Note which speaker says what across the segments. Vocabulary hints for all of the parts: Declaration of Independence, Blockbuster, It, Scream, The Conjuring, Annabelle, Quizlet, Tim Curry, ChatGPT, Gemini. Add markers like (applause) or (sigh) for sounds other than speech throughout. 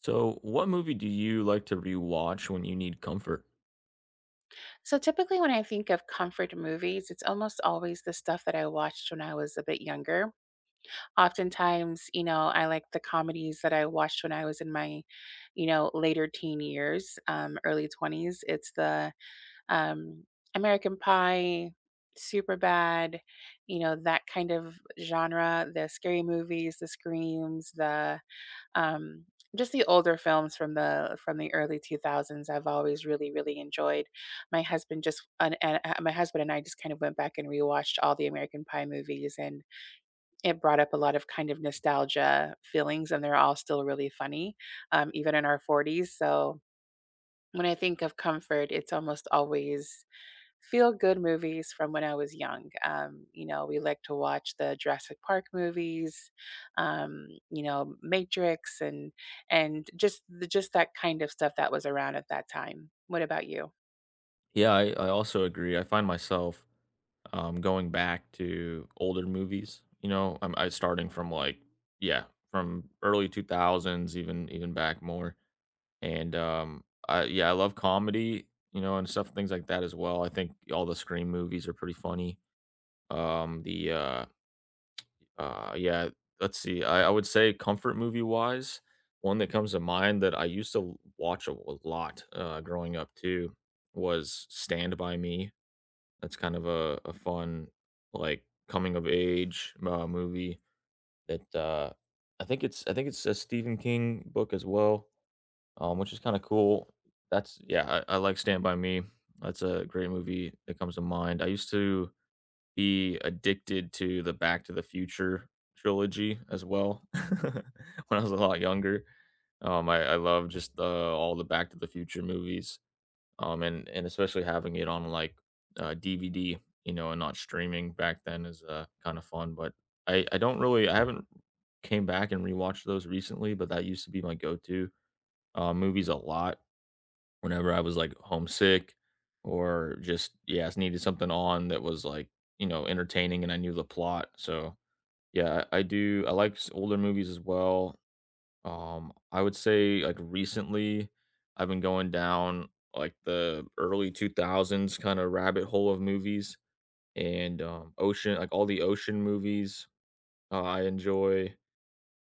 Speaker 1: So, what movie do you like to rewatch when you need comfort?
Speaker 2: So typically, when I think of comfort movies, it's almost always the stuff that I watched when I was a bit younger. Oftentimes, you know, I like the comedies that I watched when I was in my, you know, later teen years, early 20s. It's the um, American Pie, Super Bad, you know, that kind of genre, the scary movies, the screams, the um, just the older films from the early 2000s I've always really, really enjoyed. My husband and I just kind of went back and rewatched all the American Pie movies, and it brought up a lot of kind of nostalgia feelings, and they're all still really funny even in our 40s. So when I think of comfort, it's almost always feel good movies from when I was young. You know, we like to watch the Jurassic Park movies, you know, Matrix and just that kind of stuff that was around at that time. What about you?
Speaker 1: Yeah, I also agree. I find myself going back to older movies. You know, I'm I starting from like yeah, from early two thousands, even back more. And I yeah, I love comedy. You know, and stuff things like that as well. I think all the Scream movies are pretty funny. Um, the uh, Uh, yeah, let's see. I would say comfort movie wise, one that comes to mind that I used to watch a lot growing up too was Stand By Me. That's kind of a fun, like coming of age movie that I think it's a Stephen King book as well, which is kind of cool. That's yeah, I like Stand By Me. That's a great movie that comes to mind. I used to be addicted to the Back to the Future trilogy as well (laughs) when I was a lot younger. I love just the, all the Back to the Future movies, and especially having it on like DVD, you know, and not streaming back then is kind of fun. But I don't really I haven't came back and rewatched those recently, but that used to be my go to movies a lot whenever I was, like, homesick or just, yeah, just needed something on that was, like, you know, entertaining and I knew the plot. So, yeah, I like s older movies as well. I would say, like, recently, I've been going down, like, the early 2000s kinda rabbit hole of movies and, all the ocean movies, I enjoy,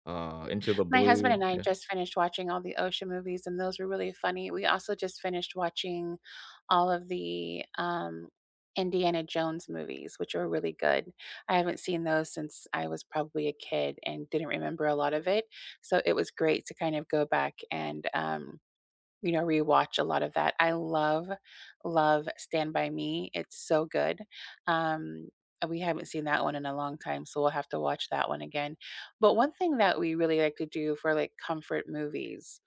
Speaker 1: Into the
Speaker 2: My husband
Speaker 1: Blue.
Speaker 2: and I
Speaker 1: Yeah.
Speaker 2: just finished watching all the Osha movies, and those were really funny. We also just finished watching all of the Indiana Jones movies, which were really good. I haven't seen those since I was probably a kid and didn't remember a lot of it. So it was great to kind of go back and you know, rewatch a lot of that. I love, love Stand By Me. It's so good. Um, and we haven't seen that one in a long time, so we'll have to watch that one again. But one thing that we really like to do for like comfort movies,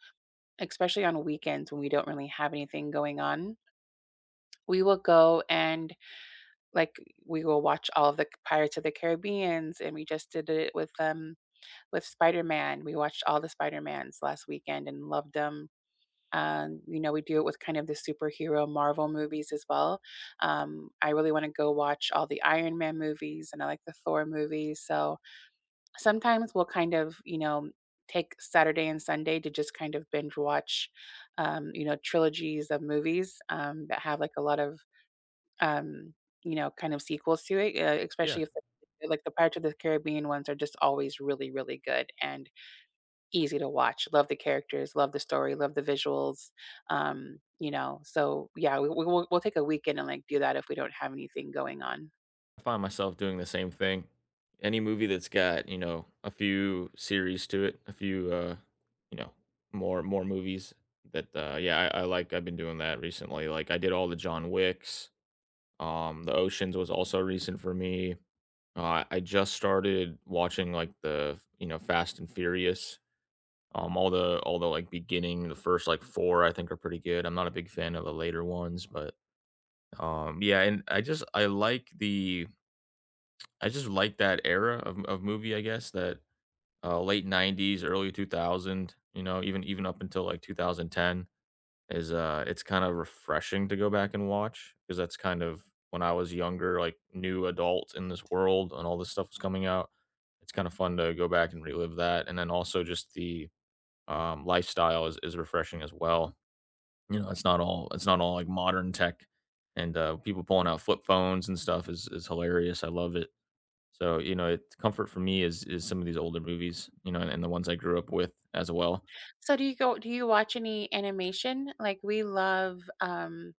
Speaker 2: especially on weekends when we don't really have anything going on, we will go and like we will watch all of the Pirates of the Caribbeans, and we just did it with Spider Man. We watched all the Spider Mans last weekend and loved them. You know, we do it with kind of the superhero Marvel movies as well. I really want to go watch all the Iron Man movies, and I like the Thor movies. So sometimes we'll kind of, you know, take Saturday and Sunday to just kind of binge watch, you know, trilogies of movies that have like a lot of, um, you know, kind of sequels to it,
Speaker 1: Yeah.
Speaker 2: especially if like the Pirates of the Caribbean ones are just always really, really good. And easy to watch. Love the characters, love the story, love the visuals. You know, so yeah, we'll take a weekend and like do that if we don't have anything going on.
Speaker 1: I find myself doing the same thing. Any movie that's got, you know, a few series to it, a few you know, more movies that yeah, I like I've been doing that recently. Like I did all the John Wicks. The Oceans was also recent for me. I just started watching like the, you know, Fast and Furious. All the like beginning, the first like four I think are pretty good. I'm not a big fan of the later ones, but yeah, and I like the I just like that era of movie, I guess, that, late '90s, early 2000, you know, even up until, like, 2010 is, it's kinda refreshing to go back and watch because that's kind of when I was younger, like, new adult in this world and all this stuff was coming out. It's kinda fun to go back and relive that, and then also just the, lifestyle is refreshing as well. You know, it's not all, like, modern tech and, people pulling out flip phones and stuff is hilarious, I love it. So, you know, it's comfort for me is some of these older movies, you know, and the ones I grew up with as well.
Speaker 2: So do you watch any animation? Like we love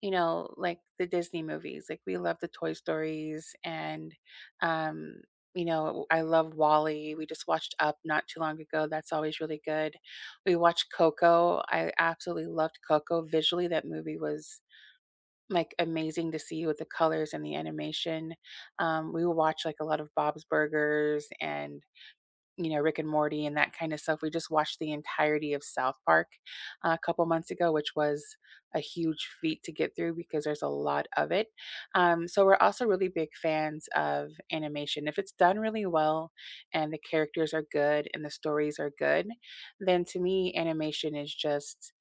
Speaker 2: you know, like the Disney movies. Like we love the Toy Stories and um you know, I love Wally. We just watched Up not too long ago. That's always really good. We watched Coco. I absolutely loved Coco visually. That movie was like, amazing to see with the colors and the animation. We will watch, like, a lot of Bob's Burgers and, you know, Rick and Morty and that kinda stuff. We just watched the entirety of South Park a couple months ago, which was a huge feat to get through because there's a lot of it. So we're also really big fans of animation. If it's done really well and the characters are good and the stories are good, then to me, animation is just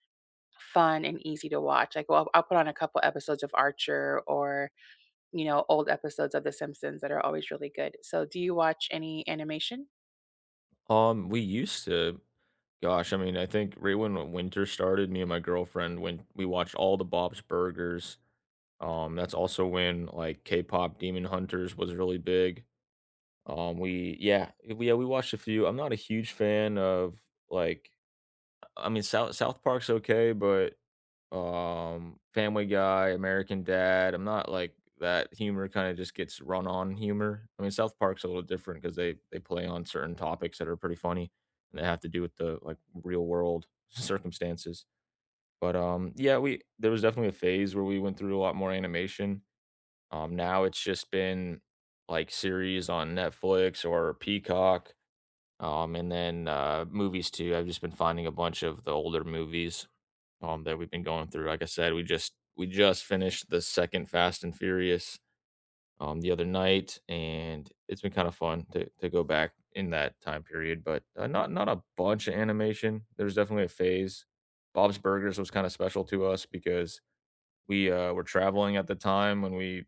Speaker 2: fun and easy to watch. Like, well, I'll put on a couple episodes of Archer or, you know, old episodes of The Simpsons that are always really good. So, do you watch any animation?
Speaker 1: We used to, gosh, I mean, I think right when winter started, me and my girlfriend when we watched all the Bob's Burgers. That's also when like K-pop Demon Hunters was really big. Yeah, we watched a few. I'm not a huge fan of like, I mean, South Park's okay, but Family Guy, American Dad, I'm not like that humor kinda just gets run on humor. I mean, South Park's a little different because they play on certain topics that are pretty funny, and they have to do with the, like, real world (laughs) circumstances. But, yeah, we there was definitely a phase where we went through a lot more animation. Now it's just been, like, series on Netflix or Peacock, and then, movies too. I've just been finding a bunch of the older movies that we've been going through. Like I said, we just finished the second Fast and Furious the other night, and it's been kind of fun to go back in that time period. But not a bunch of animation. There was definitely a phase. Bob's Burgers was kind of special to us because we were traveling at the time when we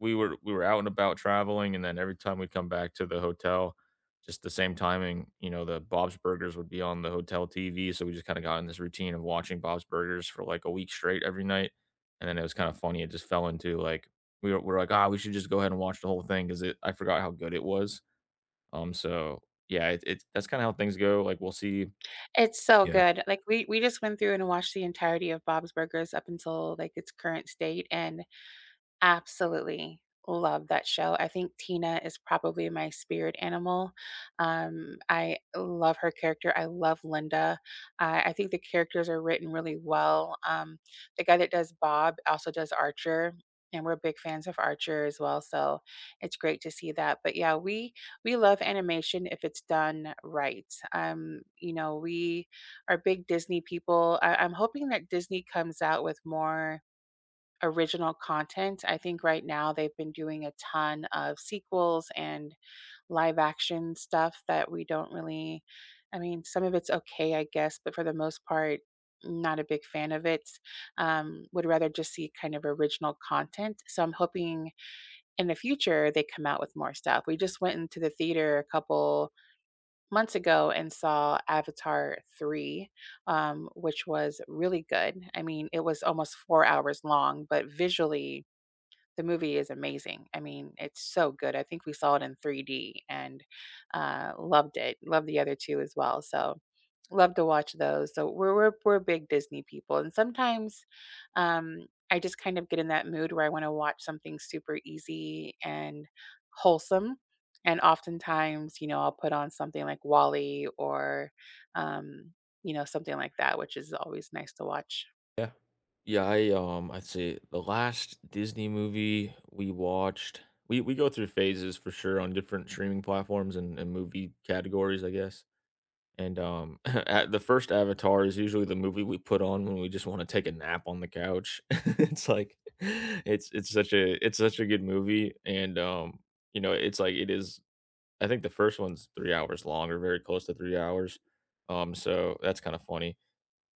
Speaker 1: we were we were out and about traveling, and then every time we'd come back to the hotel, just the same timing, you know, the Bob's Burgers would be on the hotel TV, so we just kind of got in this routine of watching Bob's Burgers for like a week straight every night, and then it was kind of funny. It just fell into like we are like, ah, we should just go ahead and watch the whole thing because it I forgot how good it was. Um, so yeah, it that's kind of how things go. Like we'll see.
Speaker 2: It's so
Speaker 1: Yeah.
Speaker 2: good. Like, we just went through and watched the entirety of Bob's Burgers up until like its current state, and absolutely love that show. I think Tina is probably my spirit animal. I love her character. I love Linda. I think the characters are written really well. The guy that does Bob also does Archer. And we're big fans of Archer as well, so it's great to see that. But yeah, we love animation if it's done right. You know, we are big Disney people. I'm hoping that Disney comes out with more original content. I think right now they've been doing a ton of sequels and live action stuff that we don't really I mean, some of it's okay, I guess, but for the most part, not a big fan of it. Would rather just see kind of original content. So I'm hoping in the future they come out with more stuff. We just went into the theater a couple months ago and saw Avatar 3, which was really good. I mean, it was almost 4 hours long, but visually, the movie is amazing. I mean, it's so good. I think we saw it in 3D and loved it. Loved the other two as well. So love to watch those. So we're big Disney people, and sometimes I just kind of get in that mood where I want to watch something super easy and wholesome. And oftentimes, you know, I'll put on something like Wally or, um, you know, something like that, which is always nice to watch.
Speaker 1: Yeah. Yeah, I'd say the last Disney movie we watched we go through phases for sure on different streaming platforms and movie categories, I guess. And (laughs) at the first Avatar is usually the movie we put on when we just want to take a nap on the couch. (laughs) It's like (laughs) it's such a good movie and you know it is I think the first one's 3 hours long or very close to 3 hours. That's kind of funny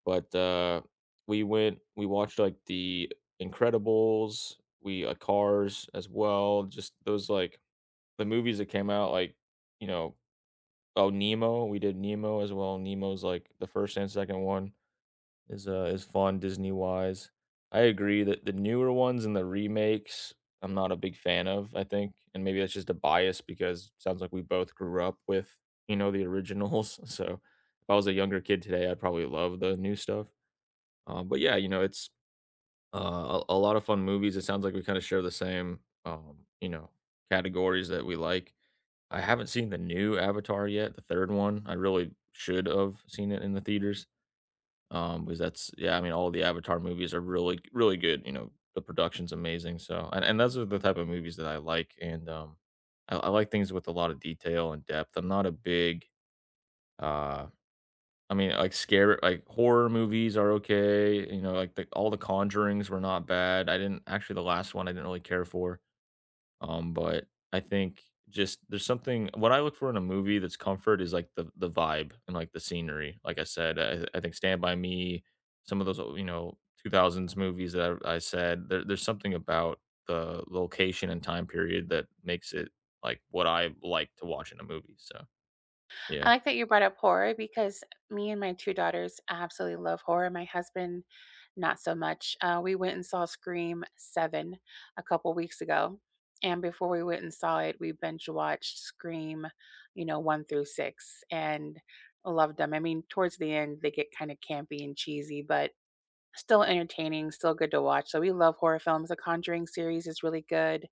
Speaker 1: but, we watched, like, The Incredibles, we, Cars as well, just those, like the movies that came out, like, you know oh, Nemo, we did Nemo as well, Nemo's, like, the first and second one is fun Disney-wise. I agree that the newer ones and the remakes, I'm not a big fan of, I think, and maybe that's just a bias because it sounds like we both grew up with, you know, the originals, (laughs) so if I was a younger kid today, I'd probably love the new stuff. But yeah, you know, it's a lot of fun movies. It sounds like we kind of share the same, you know, categories that we like. I haven't seen the new Avatar yet, the third one. I really should have seen it in the theaters because that's yeah. I mean, all the Avatar movies are really really good. You know, the production's amazing. So, and those are the type of movies that I like, and I like things with a lot of detail and depth. I'm not a big uh, I mean, like, horror movies are okay, you know, like, the all The Conjurings were not bad. I didn't actually, the last one I didn't really care for, but I think just there's something what I look for in a movie that's comfort is, like, the vibe and, like, the scenery. Like I said, I think Stand By Me, some of those, you know, 2000s movies that I said, there's something about the location and time period that makes it, like, what I like to watch in a movie, so, yeah.
Speaker 2: I like that you brought up horror because me and my 2 daughters absolutely love horror. My husband, not so much. We went and saw Scream 7 a couple weeks ago, and before we went and saw it, we binge watched Scream, you know, 1 through 6 and loved them. I mean, towards the end, they get kind of campy and cheesy, but still entertaining, still good to watch, so we love horror films. The Conjuring series is really good.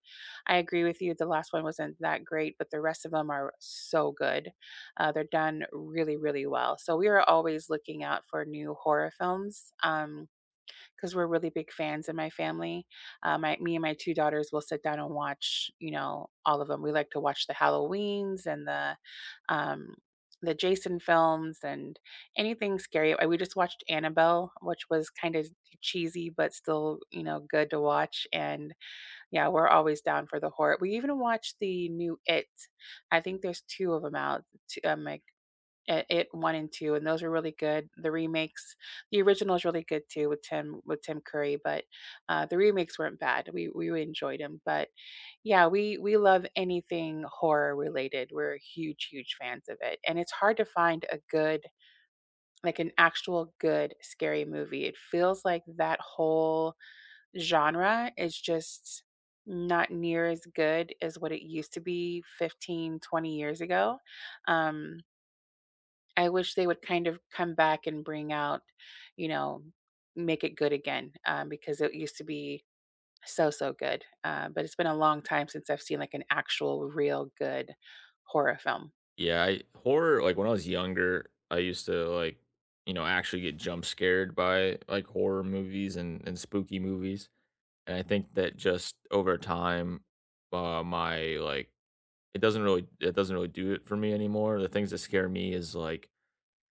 Speaker 2: I agree with you, the last one wasn't that great, but the rest of them are so good. They're done really, really well, so we are always looking out for new horror films, um, 'cause we're really big fans in my family. My Me and my 2 daughters will sit down and watch, you know, all of them. We like to watch the Halloweens and um, the Jason films and anything scary. We just watched Annabelle, which was kinda cheesy, but still, you know, good to watch, and, yeah, we're always down for the horror. We even watched the new It. I think there's 2 of them out, t my it one and two, and those were really good. The remakes, the original is really good too with Tim Curry, but the remakes weren't bad. We really enjoyed them, but yeah, we love anything horror related. We're huge fans of it, and it's hard to find a good like an actual good scary movie. It feels like that whole genre is just not near as good as what it used to be 15, 20 years ago. um I wish they would kind of come back and bring out, you know, make it good again, because it used to be so, so good. But it's been a long time since I've seen like an actual, real good horror film.
Speaker 1: Yeah, I horror like when I was younger, I used to like, you know, actually get jump scared by like horror movies and spooky movies. And I think that just over time, my like it doesn't really do it for me anymore. The things that scare me is like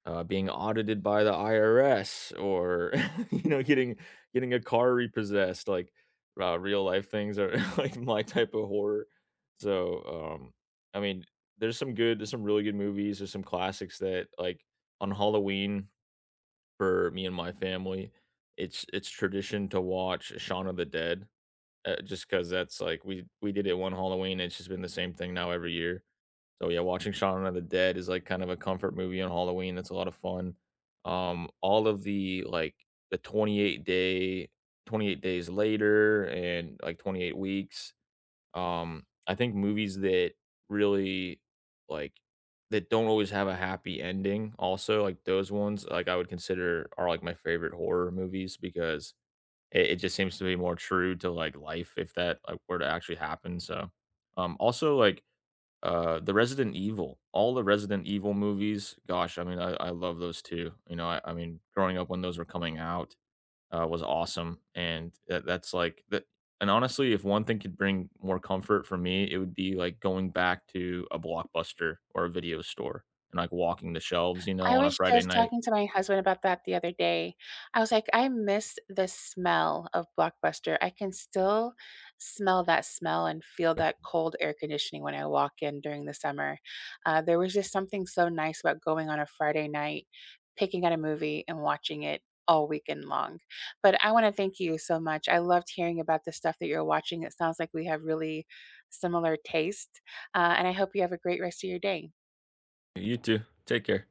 Speaker 1: being audited by the IRS or, (laughs) you know, getting a car repossessed, like, real life things are (laughs) like my type of horror. So, I mean, there's some really good movies, there's some classics that, like, on Halloween for me and my family, it's tradition to watch Shaun of the Dead, just because that's like we did it one Halloween, it's just been the same thing now every year. So yeah, watching Shaun of the Dead is like kind of a comfort movie on Halloween. That's a lot of fun. All of the like the 28 day, 28 days later and like 28 weeks. I think movies that really like that don't always have a happy ending also like those ones like I would consider are like my favorite horror movies because it just seems to be more true to like life if that like were to actually happen. So also like all the Resident Evil movies, gosh, I mean, I love those too. You know, I mean, growing up when those were coming out was awesome, and that, that's like that. And honestly, if one thing could bring more comfort for me, it would be like going back to a blockbuster or a video store and like walking the shelves, you know,
Speaker 2: I
Speaker 1: on a
Speaker 2: was
Speaker 1: Friday
Speaker 2: just
Speaker 1: night.
Speaker 2: talking to my husband about that the other day. I was like, I miss the smell of Blockbuster. I can still smell that smell and feel that cold air conditioning when I walk in during the summer. There was just something so nice about going on a Friday night, picking out a movie, and watching it all weekend long. But I want to thank you so much. I loved hearing about the stuff that you're watching. It sounds like we have really similar taste. And I hope you have a great rest of your day.
Speaker 1: You too. Take care.